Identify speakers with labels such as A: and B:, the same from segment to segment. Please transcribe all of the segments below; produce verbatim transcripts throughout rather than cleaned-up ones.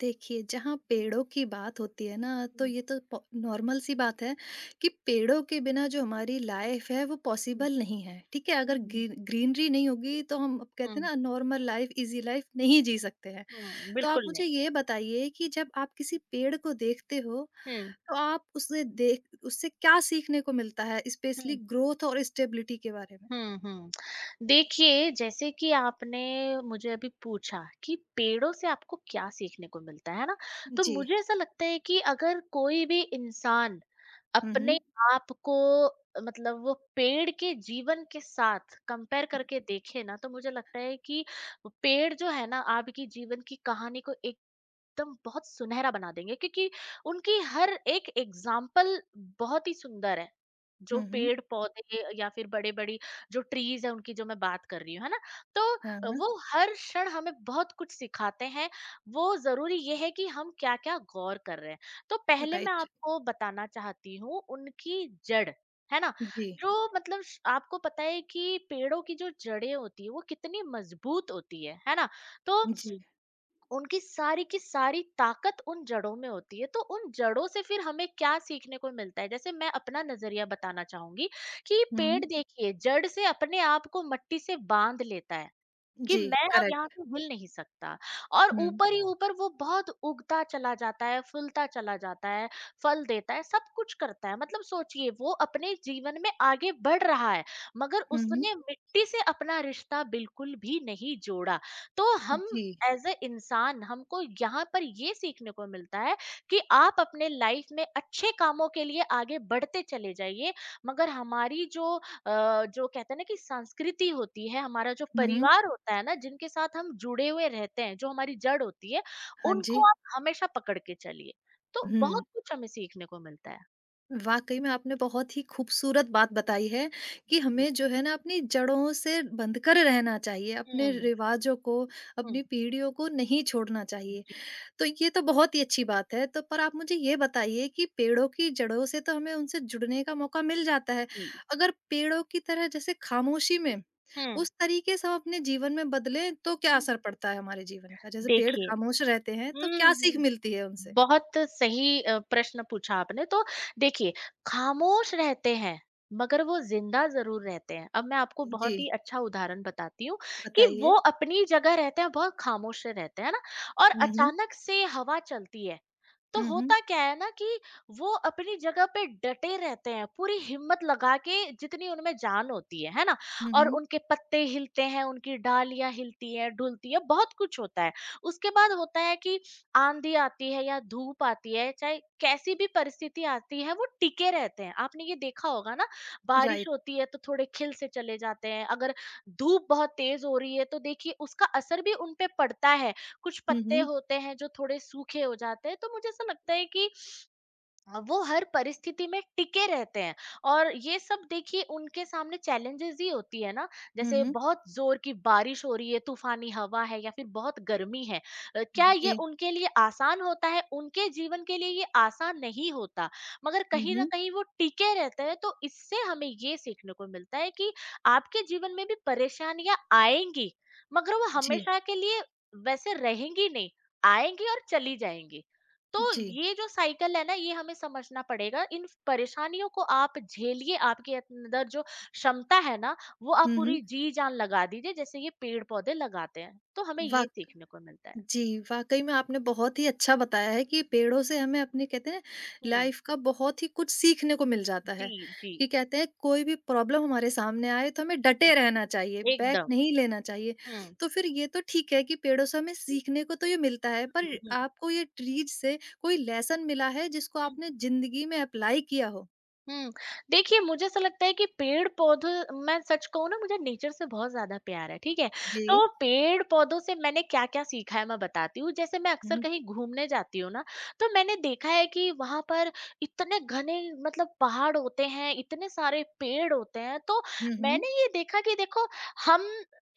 A: देखिए, जहाँ पेड़ों की बात होती है ना, तो
B: हुँ,
A: ये तो पॉ नॉर्मल सी बात है कि पेड़ों के बिना जो हमारी लाइफ़ है, वो
B: हुँ,
A: पॉसिबल नहीं है, ठीक है? अगर
B: हुँ,
A: ग्री ग्रीनरी नहीं होगी, तो हम अब कहते
B: हुँ,
A: हैं ना, नॉर्मल लाइफ़, ईज़ी लाइफ़ नहीं जी सकते हैं।
B: हुँ,
A: तो आप
B: बिल्कुल नहीं।
A: मुझे ये बताइए कि जब आप किसी पेड़ को देखते हो,
B: हुँ,
A: तो आप उसे देख उससे क्या सीखने को मिलता है, स्पेशली
B: हुँ,
A: ग्रोथ और स्टेबिलिटी के बारे में?
B: हुँ, हुँ। देखिए, जैसे कि आपने मुझे अभी पूछा कि पेड़ों से आपको क्या सीखने को मिलता है, है ना? तो
A: जी।
B: मुझे ऐसा लगता है कि अगर कोई भी इंसान
A: हुँ,
B: अपने
A: हुँ।
B: आप को मतलब वो पेड़ के जीवन के साथ कंपेयर करके देखे ना, तो मुझे लगता है कि पेड़ जो है ना, आपकी जीवन की कहानी को एक एकदम बहुत सुनहरा बना देंगे, क्योंकि उनकी हर एक एग्जाम्पल बहुत ही सुंदर है। जो
A: हुँ, हुँ।
B: पेड़ पौधे या फिर बड़े-बड़ी जो ट्रीज़ है, उनकी जो मैं बात कर रही हूँ, है ना?
A: हाँ,
B: तो
A: हाँ।
B: वो हर क्षण हमें बहुत कुछ सिखाते हैं। वो ज़रूरी ये है कि हम क्या-क्या गौर कर रहे हैं। तो पहले मैं
A: राइट।
B: आपको बताना चाहती हूँ उनकी जड़, है ना?
A: जी।
B: जो मतलब श आपको पता है कि पेड़ों की जो जड़ें होती हैं वो कितनी मजबूत होती है, है ना? तो
A: जी।
B: उनकी सारी की सारी ताकत उन जड़ों में होती है। तो उन जड़ों से फिर हमें क्या सीखने को मिलता है? जैसे मैं अपना नजरिया बताना चाहूंगी कि पेड़
A: हुँ।
B: देखिए, जड़ से अपने आप को मट्टी से बांध लेता है कि
A: जी,
B: मैं अब यहाँ
A: करेक्ट।
B: से हिल नहीं सकता। और
A: हुँ,
B: ऊपर ही ऊपर वो बहुत उगता चला जाता है, फूलता चला जाता है, फल देता है, सब कुछ करता है। मतलब सोचिए, वो अपने जीवन में आगे बढ़ रहा है, मगर
A: हुँ, हुँ।
B: उसने मिट्टी से अपना रिश्ता बिल्कुल भी नहीं जोड़ा। तो हम
A: जी,
B: एज ए इंसान, हमको यहाँ पर ये सीखने को मिलता है कि आप अपने लाइफ में अच्छे कामों के लिए आगे बढ़ते चले जाइए। मगर हमारी जो अ, जो कहते हैं ना कि संस्कृति होती है, हमारा जो
A: हुँ, हुँ।
B: परिवार होता है ना, जिनके साथ हम जुड़े हुए रहते हैं, जो हमारी जड़ होती है,
A: हाँ जी।
B: उनको आप हमेशा पकड़ के चलिए। तो बहुत
A: हुँ,
B: कुछ हमें सीखने को मिलता है।
A: वाक़ई में आपने बहुत ही खूबसूरत बात बताई है कि हमें जो है ना अपनी जड़ों से बंधकर रहना चाहिए, अपने
B: हम्म।
A: रिवाज़ों को,
B: हम्म।
A: अपनी पीढ़ियों को नहीं छोड़ना चाहिए।
B: जी।
A: तो ये तो बहुत ही अच्छी बात है। तो पर आप मुझे ये बताइए कि पेड़ों की जड़ों से तो हमें उनसे जुड़ने का मौका मिल जाता है।
B: जी,
A: अगर पेड़ों की तरह जैसे खामोशी में
B: हम्म,
A: उस तरीके से हम अपने जीवन में बदलें तो क्या
B: हम्म।
A: असर पड़ता है हमारे जीवन का? जैसे पेड़
B: देखिए।
A: खामोश रहते हैं तो
B: हम्म
A: क्या सीख
B: हम्म
A: मिलती है उनसे?
B: बहुत सही अ, प्रश्न पूछा आपने। तो देखिए, खामोश रहते हैं, मगर वो ज़िंदा ज़रूर रहते हैं। अब मैं आपको
A: जी,
B: बहुत ही अच्छा उदाहरण बताती हूँ कि
A: बताइए।
B: वो अपनी जगह रहते हैं, बहुत खामोश से रहते हैं, है ना? और
A: हुँ, हुँ।
B: अचानक से हवा चलती है, तो
A: हुँ, हुँ।
B: होता क्या है ना कि वो अपनी जगह पे डटे रहते हैं, पूरी हिम्मत लगा के, जितनी उनमें जान होती है, है ना?
A: हुँ,
B: और
A: हुँ।
B: उनके पत्ते हिलते हैं, उनकी डालियाँ हिलती हैं, डुलती हैं, बहुत कुछ होता है। उसके बाद होता है कि आंधी आती है या धूप आती है, चाहे कैसी भी परिस्थिति आती है, वो टिके रहते हैं। आपने ये देखा होगा ना। बारिश
A: राइट।
B: होती है तो थोड़े खिल से चले जाते हैं, अगर धूप बहुत तेज हो रही है तो देखिए उसका असर भी उन पे पड़ता है, कुछ
A: हुँ,
B: पत्ते
A: हुँ।
B: होते हैं जो थोड़े सूखे हो जाते हैं। तो मुझे ऐसा लगता है कि हाँ, वो हर परिस्थिति में टिके रहते हैं। और ये सब देखिए, उनके सामने चैलेंजेस ही होती है ना,
A: हुँ,
B: जैसे
A: हुँ।
B: बहुत जोर की बारिश हो रही है, तूफानी हवा है या फिर बहुत गर्मी है। अ, क्या ये
A: जी।
B: उनके लिए आसान होता है? उनके जीवन के लिए ये आसान नहीं होता। मगर
A: हुँ,
B: कहीं ना
A: हुँ।
B: कहीं वो टिके रहते हैं। तो इससे हमें ये सीखने को मिलता है कि आपके जीवन में भी परेशानियां आएंगी, मगर वो
A: जी।
B: हमेशा के लिए वैसे रहेंगी नहीं, आएंगी और चली जाएंगी। तो
A: जी।
B: ये जो साइकिल है ना, ये हमें समझना पड़ेगा। इन परेशानियों को आप झेलिए, आपके अंदर जो क्षमता है ना, वो आप
A: हुँ, हुँ।
B: पूरी जी जान लगा दीजिए, जैसे ये पेड़ पौधे लगाते हैं। तो हमें ये
A: वाक़
B: सीखने को मिलता है।
A: जी, वाक़ई में आपने बहुत ही अच्छा बताया है कि पेड़ों से हमें अपने कहते हैं
B: हम्म।
A: लाइफ़ का बहुत ही कुछ सीखने को मिल जाता
B: जी।
A: है,
B: जी।
A: कि कहते हैं कोई भी प्रॉब्लम हमारे सामने आए तो हमें
B: हम्म।
A: डटे रहना चाहिए, बैक
B: एकदम।
A: नहीं लेना चाहिए।
B: हम्म।
A: तो फिर ये तो ठीक है कि पेड़ों से हमें
B: हम्म।
A: सीखने को तो ये मिलता है, पर
B: हम्म।
A: आपको ये ट्रीज से कोई लेसन मिला है जिसको
B: हम्म।
A: आपने ज़िंदगी में अप्लाई किया हो?
B: हुँ। देखिए, मुझे ऐसा लगता है कि पेड़-पौधों, मैं सच कहूँ ना, मुझे नेचर से बहुत ज़्यादा प्यार है, ठीक है?
A: जी।
B: तो पेड़-पौधों से मैंने क्या-क्या सीखा है, मैं बताती हूँ। जैसे मैं अक्सर
A: हुँ,
B: कहीं घूमने जाती हूँ ना, तो मैंने देखा है कि वहाँ पर इतने घने, मतलब पहाड़ होते हैं, इतने सारे पेड़ होते हैं। तो
A: हुँ, हुँ,
B: मैंने ये देखा कि देखो, हम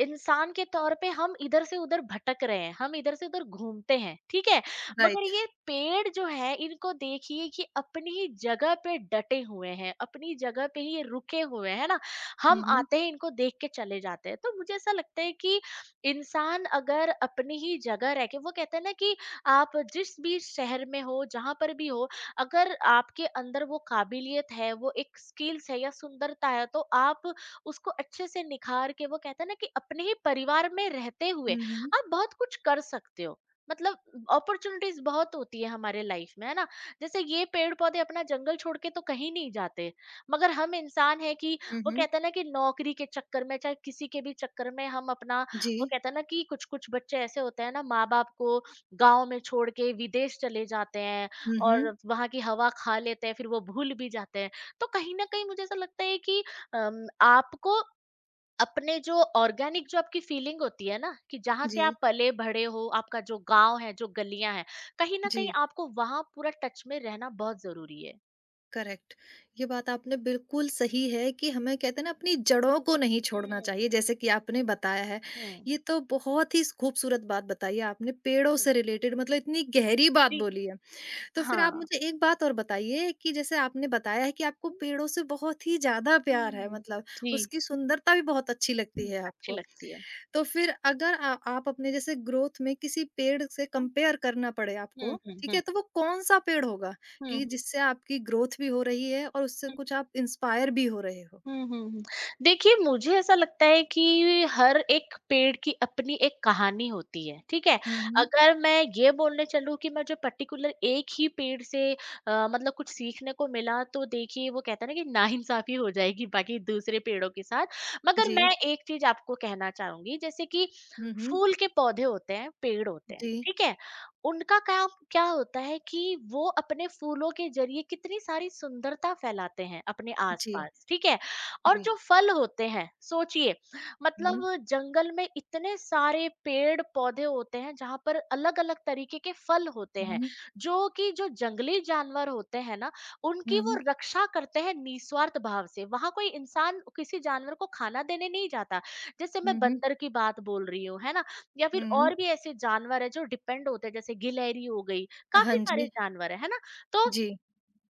B: इंसान के तौर पे हम इधर से उधर भटक रहे हैं, हम इधर से उधर घूमते हैं, ठीक है? मगर
A: राइट।
B: ये पेड़ जो है, इनको देखिए कि अपनी ही जगह पे डटे हुए हैं, अपनी जगह पे ही ये रुके हुए हैं ना।
A: हुँ,
B: हम
A: हुँ,
B: आते हैं, इनको देख के चले जाते हैं। तो मुझे ऐसा लगता है कि इंसान अगर अपनी ही जगह रह के, वो कहते हैं ना कि आप जिस भी शहर में हो, जहां पर भी हो, अगर आपके अंदर वो काबिलियत है, वो एक स्किल्स है या सुंदरता है, तो आप उसको अच्छे से निखार के, वो कहते हैं ना कि अपने ही परिवार में रहते हुए
A: हुँ, हुँ,
B: आप बहुत कुछ कर सकते हो। मतलब अपॉर्चुनिटीज बहुत होती है हमारे लाइफ में, है ना? जैसे ये पेड़ पौधे अपना जंगल छोड़ के तो कहीं नहीं जाते, मगर हम इंसान है कि
A: हुँ,
B: वो
A: हुँ,
B: कहते हैं ना कि नौकरी के चक्कर में, चाहे किसी के भी चक्कर में, हम अपना,
A: जी।
B: वो कहते हैं ना कि कुछ कुछ बच्चे ऐसे होते हैं ना, माँ बाप को गाँव में छोड़ के विदेश चले जाते हैं
A: हुँ, हुँ,
B: और वहां की हवा खा लेते हैं, फिर वो भूल भी जाते हैं। तो कहीं ना कहीं मुझे ऐसा लगता है कि अम, आपको अपने जो ऑर्गेनिक, जो आपकी फीलिंग होती है ना कि जहाँ से
A: जी,
B: आप पले बढ़े हो, आपका जो गाँव है, जो गलियाँ हैं, कहीं न कहीं
A: जी।
B: आपको वहाँ पूरा टच में रहना बहुत ज़रूरी है।
A: करेक्ट। ये बात आपने बिल्कुल सही है कि हमें कहते हैं ना अपनी जड़ों को नहीं छोड़ना
B: हुँ,
A: चाहिए जैसे कि
B: हुँ,
A: आपने बताया है।
B: हुँ,
A: ये तो बहुत ही स खूबसूरत बात बताई है आपने पेड़ों
B: हुँ।
A: से रिलेटेड मतलब इतनी गहरी बात
B: जी,
A: बोली है। तो फिर आप
B: हाँ।
A: मुझे एक बात और बताइए कि जैसे आपने बताया है कि आपको
B: हुँ,
A: पेड़ों से बहुत ही ज़्यादा प्यार है
B: हुँ,
A: मतलब
B: जी,
A: उसकी सुंदरता भी बहुत अच्छी लगती
B: हुँ,
A: है
B: अच्छी
A: आपको।
B: लगती है।
A: तो फिर अगर आ, आप अपने जैसे ग्रोथ में किसी पेड़ से
B: हुँ,
A: कंपेयर करना पड़े आपको,
B: हुँ, हुँ,
A: ठीक है?
B: हुँ,
A: तो वो कौन-सा पेड़ होगा
B: हुँ,
A: कि
B: हुँ।
A: जिससे आपकी ग्रोथ भी हो रही है और उससे कुछ आप इंस्पायर भी हो रहे हो?
B: हुँ, हुँ, हुँ। देखिए, मुझे ऐसा लगता है कि हर एक पेड़ की अपनी एक कहानी होती है, ठीक है?
A: हुँ, हुँ।
B: अगर मैं ये बोलने चलूँ कि मुझे पर्टिकुलर एक ही पेड़ से अ, मतलब कुछ सीखने को मिला, तो देखिए, वो कहते हैं ना कि नाइंसाफ़ी हो जाएगी बाकी दूसरे पेड़ों के साथ। मगर
A: जी।
B: मैं एक चीज़ आपको कहना चाहूँगी, जैसे कि
A: हुँ, हुँ।
B: फूल के पौधे होते हैं, पेड़ होते हैं,
A: जी,
B: ठीक है? उनका काम क्या होता है कि वो अपने फूलों के ज़रिए कितनी सारी सुंदरता फैलाते हैं अपने
A: जी,
B: आस-पास, ठीक है? और
A: जी।
B: जो फल होते हैं, सोचिए,
A: हुँ,
B: मतलब जंगल में इतने सारे पेड़ पौधे होते हैं जहां पर अलग अलग तरीके के फल होते हैं,
A: हुँ,
B: जो कि जो जंगली जानवर होते हैं ना, उनकी
A: हुँ,
B: वो
A: हुँ,
B: रक्षा करते हैं निस्वार्थ भाव से। वहां कोई इंसान किसी जानवर को खाना देने नहीं जाता। जैसे मैं
A: हुँ,
B: बंदर की बात बोल रही हूँ, है ना? या फिर
A: हुँ,
B: और
A: हुँ।
B: भी ऐसे जानवर है जो डिपेंड होते हैं, जैसे गिलहरी हो गई,
A: हाँ
B: काफी सारे
A: जी,
B: जानवर है है ना? तो
A: जी।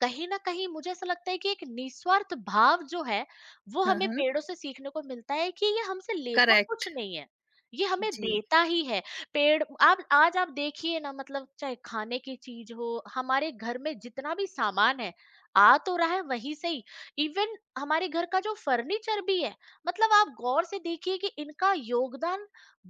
B: कहीं न कहीं मुझे ऐसा लगता है कि एक निस्वार्थ भाव जो है, वो
A: हाँ,
B: हमें
A: हाँ।
B: पेड़ों से सीखने को मिलता है कि ये हमसे लेता कुछ
A: करेक्ट।
B: नहीं है, ये हमें
A: जी,
B: देता ही है। पेड़, आप आज आप देखिए ना, मतलब चाहे खाने की चीज़ हो, हमारे घर में जितना भी सामान है, आ तो रहा है वहीं से ही। इवन हमारे घर का जो फर्नीचर भी है, मतलब आप गौर से देखिए कि इनका योगदान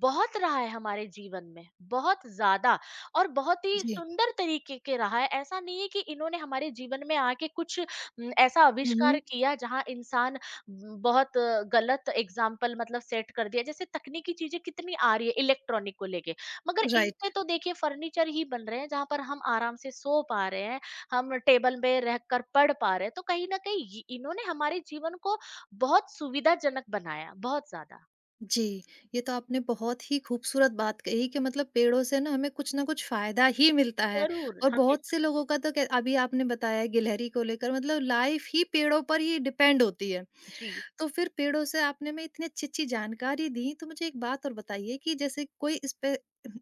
B: बहुत रहा है हमारे जीवन में, बहुत ज़्यादा। और बहुत ही
A: जी।
B: सुंदर तरीके के रहा है। ऐसा नहीं है कि इन्होंने हमारे जीवन में आके कुछ उम, ऐसा
A: हुँ,
B: आविष्कार
A: हुँ।
B: किया जहाँ इंसान उम, बहुत अ, गलत एग्ज़ाम्पल मतलब सेट कर दिया। जैसे तकनीकी चीज़ें कितनी आ रही है, इलेक्ट्रॉनिक को लेके। मगर इनसे
A: राइट।
B: तो देखिए फर्नीचर ही बन रहे हैं जहाँ पर हम आराम से सो पा रहे हैं, हम टेबल में रहकर पढ़ पा रहे हैं। तो कहीं न कहीं ये इन्होंने हमारे जीवन को बहुत सुविधाजनक बनाया, बहुत ज़्यादा।
A: जी, ये तो आपने बहुत ही खूबसूरत बात कही कि मतलब पेड़ों से ना हमें कुछ न कुछ फ़ायदा ही मिलता है
B: ज़रूर,
A: और बहुत से
B: हमेशा।
A: लोगों का तो क अभी आपने बताया गिलहरी को लेकर मतलब लाइफ़ ही पेड़ों पर ही डिपेंड होती है।
B: जी।
A: तो फिर पेड़ों से आपने में इतनी अच्छी-अच्छी जानकारी दी, तो मुझे एक बात और बताइए कि जैसे कोई इस पे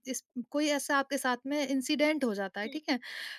A: इस कोई ऐसा आपके साथ में इंसिडेंट हो जाता है,
B: हुँ,
A: ठीक है?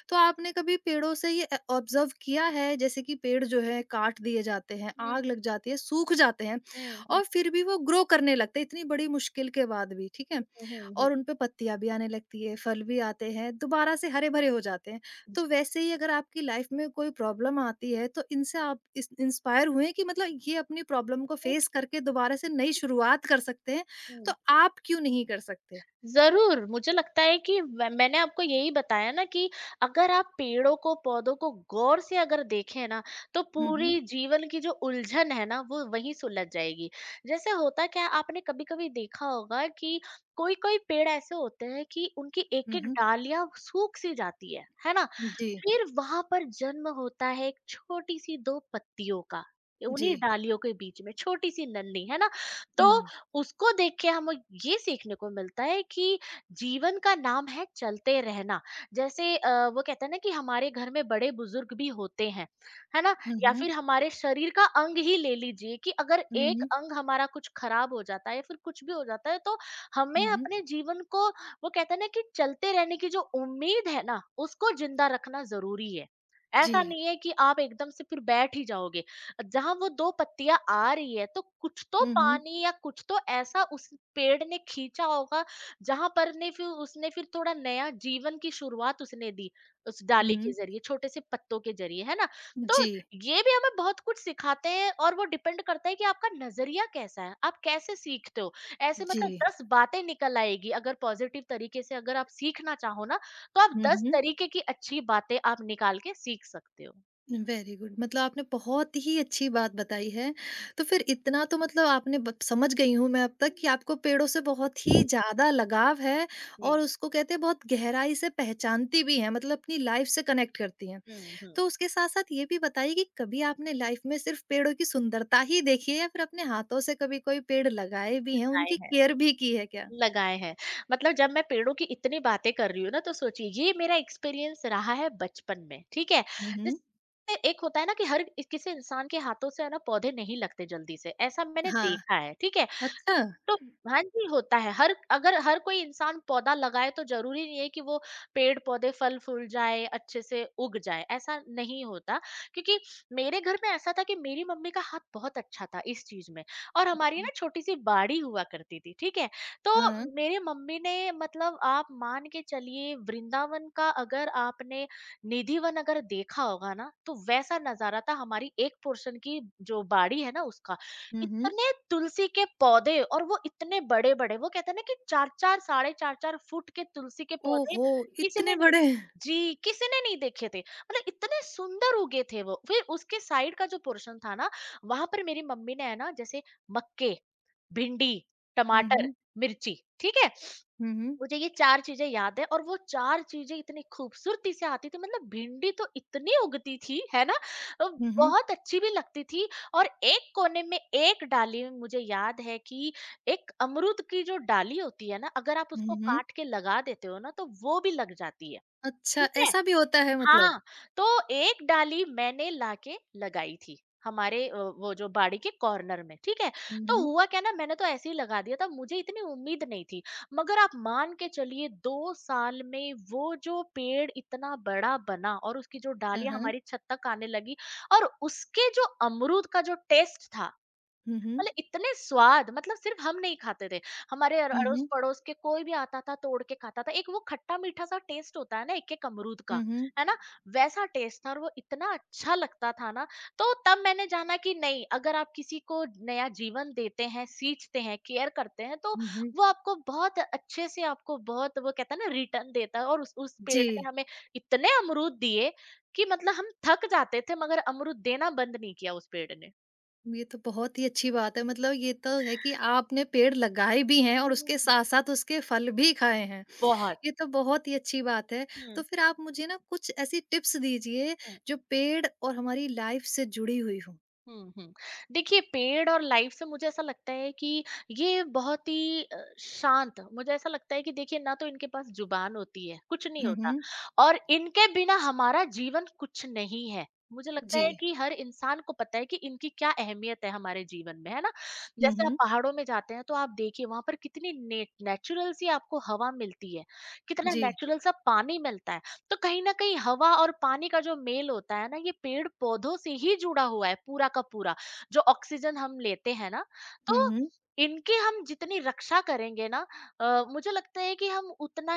A: तो आपने कभी पेड़ों से ये अ, ऑब्ज़र्व किया है जैसे कि पेड़ जो है काट दिए जाते हैं, आग
B: हुँ,
A: लग जाती है, सूख जाते हैं
B: हुँ, हुँ,
A: और फिर भी वो ग्रो करने लगते हैं इतनी बड़ी मुश्किल के बाद भी, ठीक है?
B: हुँ, हुँ, हुँ, हुँ।
A: और उन पे पत्तियाँ भी आने लगती है, फल भी आते हैं, दोबारा से हरे-भरे हो जाते हैं।
B: जी।
A: तो वैसे ही अगर आपकी लाइफ में कोई प्रॉब्लम आती है तो इनसे आप इस इंस्पायर हुए हैं कि मतलब ये अपनी प्रॉब्लम को
B: हुँ।
A: फेस करके दोबारा से नई शुरुआत कर सकते हैं, तो आप क्यों नहीं कर सकते?
B: ज़रूर, मुझे लगता है कि व मैंने आपको यही बताया ना कि अगर आप पेड़ों को, पौधों को गौर से अगर देखें ना, तो
A: हुँ, हुँ।
B: पूरी जीवन की जो उलझन है ना, वो वहीं सुलझ जाएगी। जैसे होता क्या है, आपने कभी-कभी देखा होगा कि कोई-कोई पेड़ ऐसे होते हैं कि उनकी
A: हुँ,
B: एक-एक
A: हुँ।
B: डालियाँ सूख-सी जाती है, है ना?
A: जी,
B: फिर वहां पर जन्म होता है एक छोटी सी दो पत्तियों का,
A: जी।
B: उन्हीं डालियों के बीच में छोटी सी नन्ही, है ना? तो
A: हुँ।
B: उसको देख के हमें ये सीखने को मिलता है कि जीवन का नाम है चलते रहना। जैसे अ, वो कहते हैं ना कि हमारे घर में बड़े बुजुर्ग भी होते हैं, है ना?
A: हुँ,
B: या
A: हुँ।
B: फिर हमारे शरीर का अंग ही ले लीजिए कि अगर
A: हुँ,
B: एक
A: हुँ।
B: अंग हमारा कुछ खराब हो जाता है या फिर कुछ भी हो जाता है तो हमें
A: हुँ, हुँ।
B: अपने जीवन को, वो कहते हैं ना, कि चलते रहने की जो उम्मीद है ना, उसको जिंदा रखना जरूरी है। ऐसा हम्म,
A: जी।
B: नहीं है कि आप एकदम से फिर बैठ ही जाओगे। जहां वो दो पत्तियां आ रही है तो कुछ तो
A: हुँ, हुँ।
B: पानी या कुछ तो ऐसा उस पेड़ ने खींचा होगा। जहां पर ने फिर उसने फिर थोड़ा नया जीवन की शुरुआत उसने दी, उस डाली के
A: हुँ।
B: जरिए, छोटे से पत्तों के जरिए, है ना? तो
A: जी,
B: ये भी हमें बहुत कुछ सिखाते हैं, और वो डिपेंड करता है कि आपका नजरिया कैसा है, आप कैसे सीखते हो। ऐसे
A: जी।
B: मतलब दस बातें निकल आएगी अगर पॉजिटिव तरीके से अगर आप सीखना चाहो ना, तो आप
A: हुँ,
B: दस
A: हुँ।
B: तरीके की अच्छी बातें आप निकाल के सीख सकते हो।
A: वेरी गुड मतलब आपने बहुत ही अच्छी बात बताई है। तो फिर इतना तो मतलब आपने ब समझ गई हूँ मैं अब तक कि आपको पेड़ों से बहुत ही ज़्यादा लगाव है और
B: जी।
A: उसको कहते हैं बहुत गहराई से पहचानती भी हैं मतलब अपनी लाइफ़ से कनेक्ट करती हैं।
B: हुँ, हुँ।
A: तो उसके साथ-साथ ये भी बताइए कि कभी आपने लाइफ़ में सिर्फ़ पेड़ों की सुंदरता ही देखी है या फिर अपने हाथों से कभी कोई पेड़ लगाए भी हैं,
B: लगाए
A: उनकी
B: हैं।
A: केयर भी की है क्या?
B: लगाए हैं। मतलब जब मैं पेड़ों की इतनी बातें कर रही हूँ ना, तो सोचिए ये मेरा एक्सपीरियंस रहा है बचपन में, ठीक है?
A: हुँ, हुँ।
B: जिस एक होता है ना कि हर किसी इंसान के हाथों से है ना पौधे नहीं लगते जल्दी से, ऐसा मैंने
A: हाँ।
B: देखा है, ठीक है?
A: अच्छा!
B: तो हाँ जी, होता है। हर अगर हर कोई इंसान पौधा लगाए तो ज़रूरी नहीं है कि वो पेड़-पौधे फल-फूल जाए, अच्छे से उग जाए, ऐसा नहीं होता। क्योंकि मेरे घर में ऐसा था कि मेरी मम्मी का हाथ बहुत अच्छा था इस चीज़ में, और हमारी ना
A: अच्छा।
B: छोटी-सी बाड़ी हुआ करती थी, ठीक है?
A: हाँ।
B: तो मेरे मम्मी ने, मतलब आप मान के चलिए वृंदावन का अगर आपने निधिवन अगर देखा होगा ना, तो वैसा नज़ारा था हमारी एक पोर्शन की, जो बाड़ी है ना उसका।
A: हुँ, हुँ।
B: इतने तुलसी के पौधे, और वो इतने बड़े-बड़े, वो कहते हैं ना कि चार चार साढ़े चार चार फुट के तुलसी के पौधे
A: ओहो!
B: किसी ने
A: इतने
B: नहीं,
A: बड़े!
B: जी, किसी ने नहीं देखे थे। मतलब इतने सुंदर उगे थे वो। फिर उसके साइड का जो पोर्शन था ना, वहाँ पर मेरी मम्मी ने है ना, जैसे मक्के, भिंडी,
A: हुँ,
B: टमाटर,
A: हुँ।
B: मिर्ची, ठीक है?
A: हुँ, हुँ।
B: मुझे ये चार चीज़ें याद है, और वो चार चीज़ें इतनी खूबसूरती से आती थी, मतलब भिंडी तो इतनी उगती थी, है ना? अ,
A: हुँ, हुँ।
B: बहुत अच्छी भी लगती थी। और एक कोने में, एक डाली में मुझे याद है कि एक अमरूद की जो डाली होती है ना, अगर आप
A: हुँ,
B: उसको
A: हुँ।
B: काट के लगा देते हो ना, तो वो भी लग जाती है,
A: अच्छा,
B: ठीक है?
A: ऐसा भी होता है मतलब?
B: हाँ, तो एक डाली मैंने लाके लगाई थी, हमारे अ, वो जो बाड़ी के कॉर्नर में, ठीक है?
A: हुँ,
B: तो
A: हुँ।
B: हुआ क्या ना, मैंने तो ऐसे ही लगा दिया था, मुझे इतनी उम्मीद नहीं थी, मगर आप मान के चलिए दो साल में वो जो पेड़ इतना बड़ा बना, और उसकी जो
A: हाँ,
B: डालियाँ
A: हाँ।
B: हमारी छत तक आने लगी। और उसके जो अमरूद का जो टेस्ट था,
A: हुँ, हुँ।
B: मतलब इतने स्वाद, मतलब सिर्फ हम नहीं खाते थे, हमारे अर-
A: हुँ,
B: अड़ोस
A: हुँ।
B: पड़ोस के कोई भी आता था तोड़ के खाता था। एक वो खट्टा मीठा सा टेस्ट होता है ना एक एक अमरूद का,
A: हुँ, हुँ।
B: है ना? वैसा टेस्ट था, और वो इतना अच्छा लगता था ना। तो तब मैंने जाना कि नहीं, अगर आप किसी को नया जीवन देते हैं, सींचते हैं, केयर करते हैं, तो
A: हुँ, हुँ।
B: वो आपको बहुत अच्छे से, आपको बहुत, वो कहता है ना, रिटर्न देता है। और उस, उस पेड़
A: जी,
B: ने हमें इतने अमरूद दिए कि मतलब हम थक जाते थे, मगर अमरूद देना बंद नहीं किया उस पेड़ ने।
A: ये तो बहुत ही अच्छी बात है मतलब ये तो है कि आपने पेड़ लगाए भी हैं और उसके
B: हम्म,
A: साथ-साथ उसके फल भी खाए हैं।
B: बहुत।
A: ये तो बहुत ही अच्छी बात है। तो
B: हुँ,
A: फिर आप मुझे ना कुछ ऐसी टिप्स दीजिए
B: हुँ,
A: जो पेड़ और हमारी लाइफ़ से जुड़ी हुई हों?
B: हुँ, हुँ। देखिए पेड़ और लाइफ से मुझे ऐसा लगता है कि ये बहुत ही अ, शांत, मुझे ऐसा लगता है कि देखिए ना, तो इनके पास ज़ुबान होती है, कुछ नहीं
A: हुँ,
B: होता,
A: हुँ।
B: और इनके बिना हमारा जीवन कुछ नहीं है। मुझे लगता
A: जी।
B: है कि हर इंसान को पता है कि इनकी क्या अहमियत है हमारे जीवन में, है ना?
A: हुँ,
B: जैसे आप
A: हुँ।
B: पहाड़ों में जाते हैं तो आप देखिए वहाँ पर कितनी ने नेचुरल सी आपको हवा मिलती है, कितना
A: जी।
B: नेचुरल सा पानी मिलता है। तो कहीं न कहीं हवा और पानी का जो मेल होता है ना, ये पेड़-पौधों से ही जुड़ा हुआ है पूरा का पूरा, जो ऑक्सीजन हम लेते हैं ना,
A: हुँ,
B: तो
A: हुँ।
B: इनकी हम जितनी रक्षा करेंगे ना, अ, मुझे लगता है कि हम उतना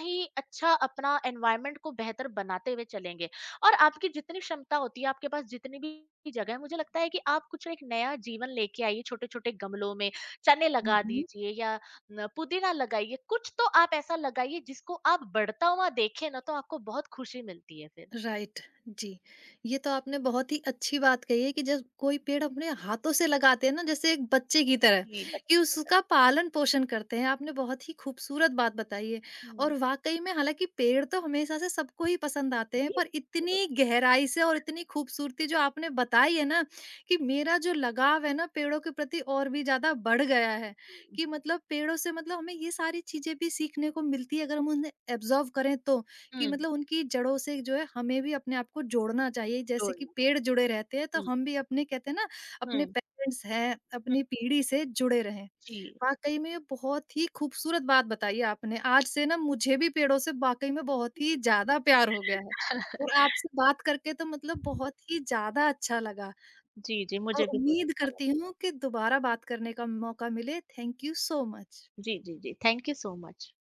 B: ही अच्छा अपना एनवायरनमेंट को बेहतर बनाते हुए चलेंगे। और आपकी जितनी क्षमता होती है, आपके पास जितनी भी जगह है, मुझे लगता है कि आप कुछ एक नया जीवन लेके आइए, छोटे-छोटे गमलों में, चने
A: हुँ,
B: लगा
A: हुँ।
B: दीजिए या न पुदीना लगाइए, कुछ तो आप ऐसा लगाइए जिसको आप बढ़ता हुआ देखें ना, तो आपको बहुत खुशी मिलती है फिर।
A: राइट जी ये तो आपने बहुत ही अच्छी बात कही है कि जब कोई पेड़ अपने हाथों से लगाते हैं ना जैसे एक बच्चे की तरह
B: जी,
A: कि
B: बच्चों के साथ।
A: उसका पालन पोषण करते हैं आपने बहुत ही खूबसूरत बात बताई है
B: हुँ,
A: और वाकई में हालांकि पेड़ तो हमेशा से सबको ही पसंद आते हैं
B: जी,
A: पर
B: ज़रूर।
A: इतनी गहराई से और इतनी खूबसूरती जो आपने बताई है ना कि मेरा जो लगाव है ना पेड़ों के प्रति और भी ज्यादा बढ़ गया है
B: हुँ।
A: कि मतलब पेड़ों से मतलब हमें ये सारी चीजें भी सीखने को मिलती है अगर हम उन्हें एब्जॉर्व करें तो कि
B: हुँ।
A: मतलब उनकी जड़ों से जो है हमें भी अपने आप को जोड़ना चाहिए। जैसे कि
B: जोड़ना।
A: पेड़ जुड़े रहते हैं तो
B: हुँ,
A: हम भी अपने कहते हैं ना अपने
B: हुँ,
A: पेरेंट्स हैं,
B: हुँ।
A: अपनी पीढ़ी से जुड़े रहें।
B: जी,
A: वाक़ई में ये बहुत ही खूबसूरत बात बताई आपने। आज से ना मुझे भी पेड़ों से वाक़ई में बहुत ही ज़्यादा प्यार हो गया है और आपसे बात करके तो मतलब बहुत ही ज़्यादा अच्छा लगा
B: जी, जी,
A: और
B: मुझे भी बहुत
A: उम्मीद
B: अच्छा लगा।
A: करती हूँ कि दोबारा बात करने का मौका मिले। Thank you so much.
B: जी, जी, जी। Thank you so much.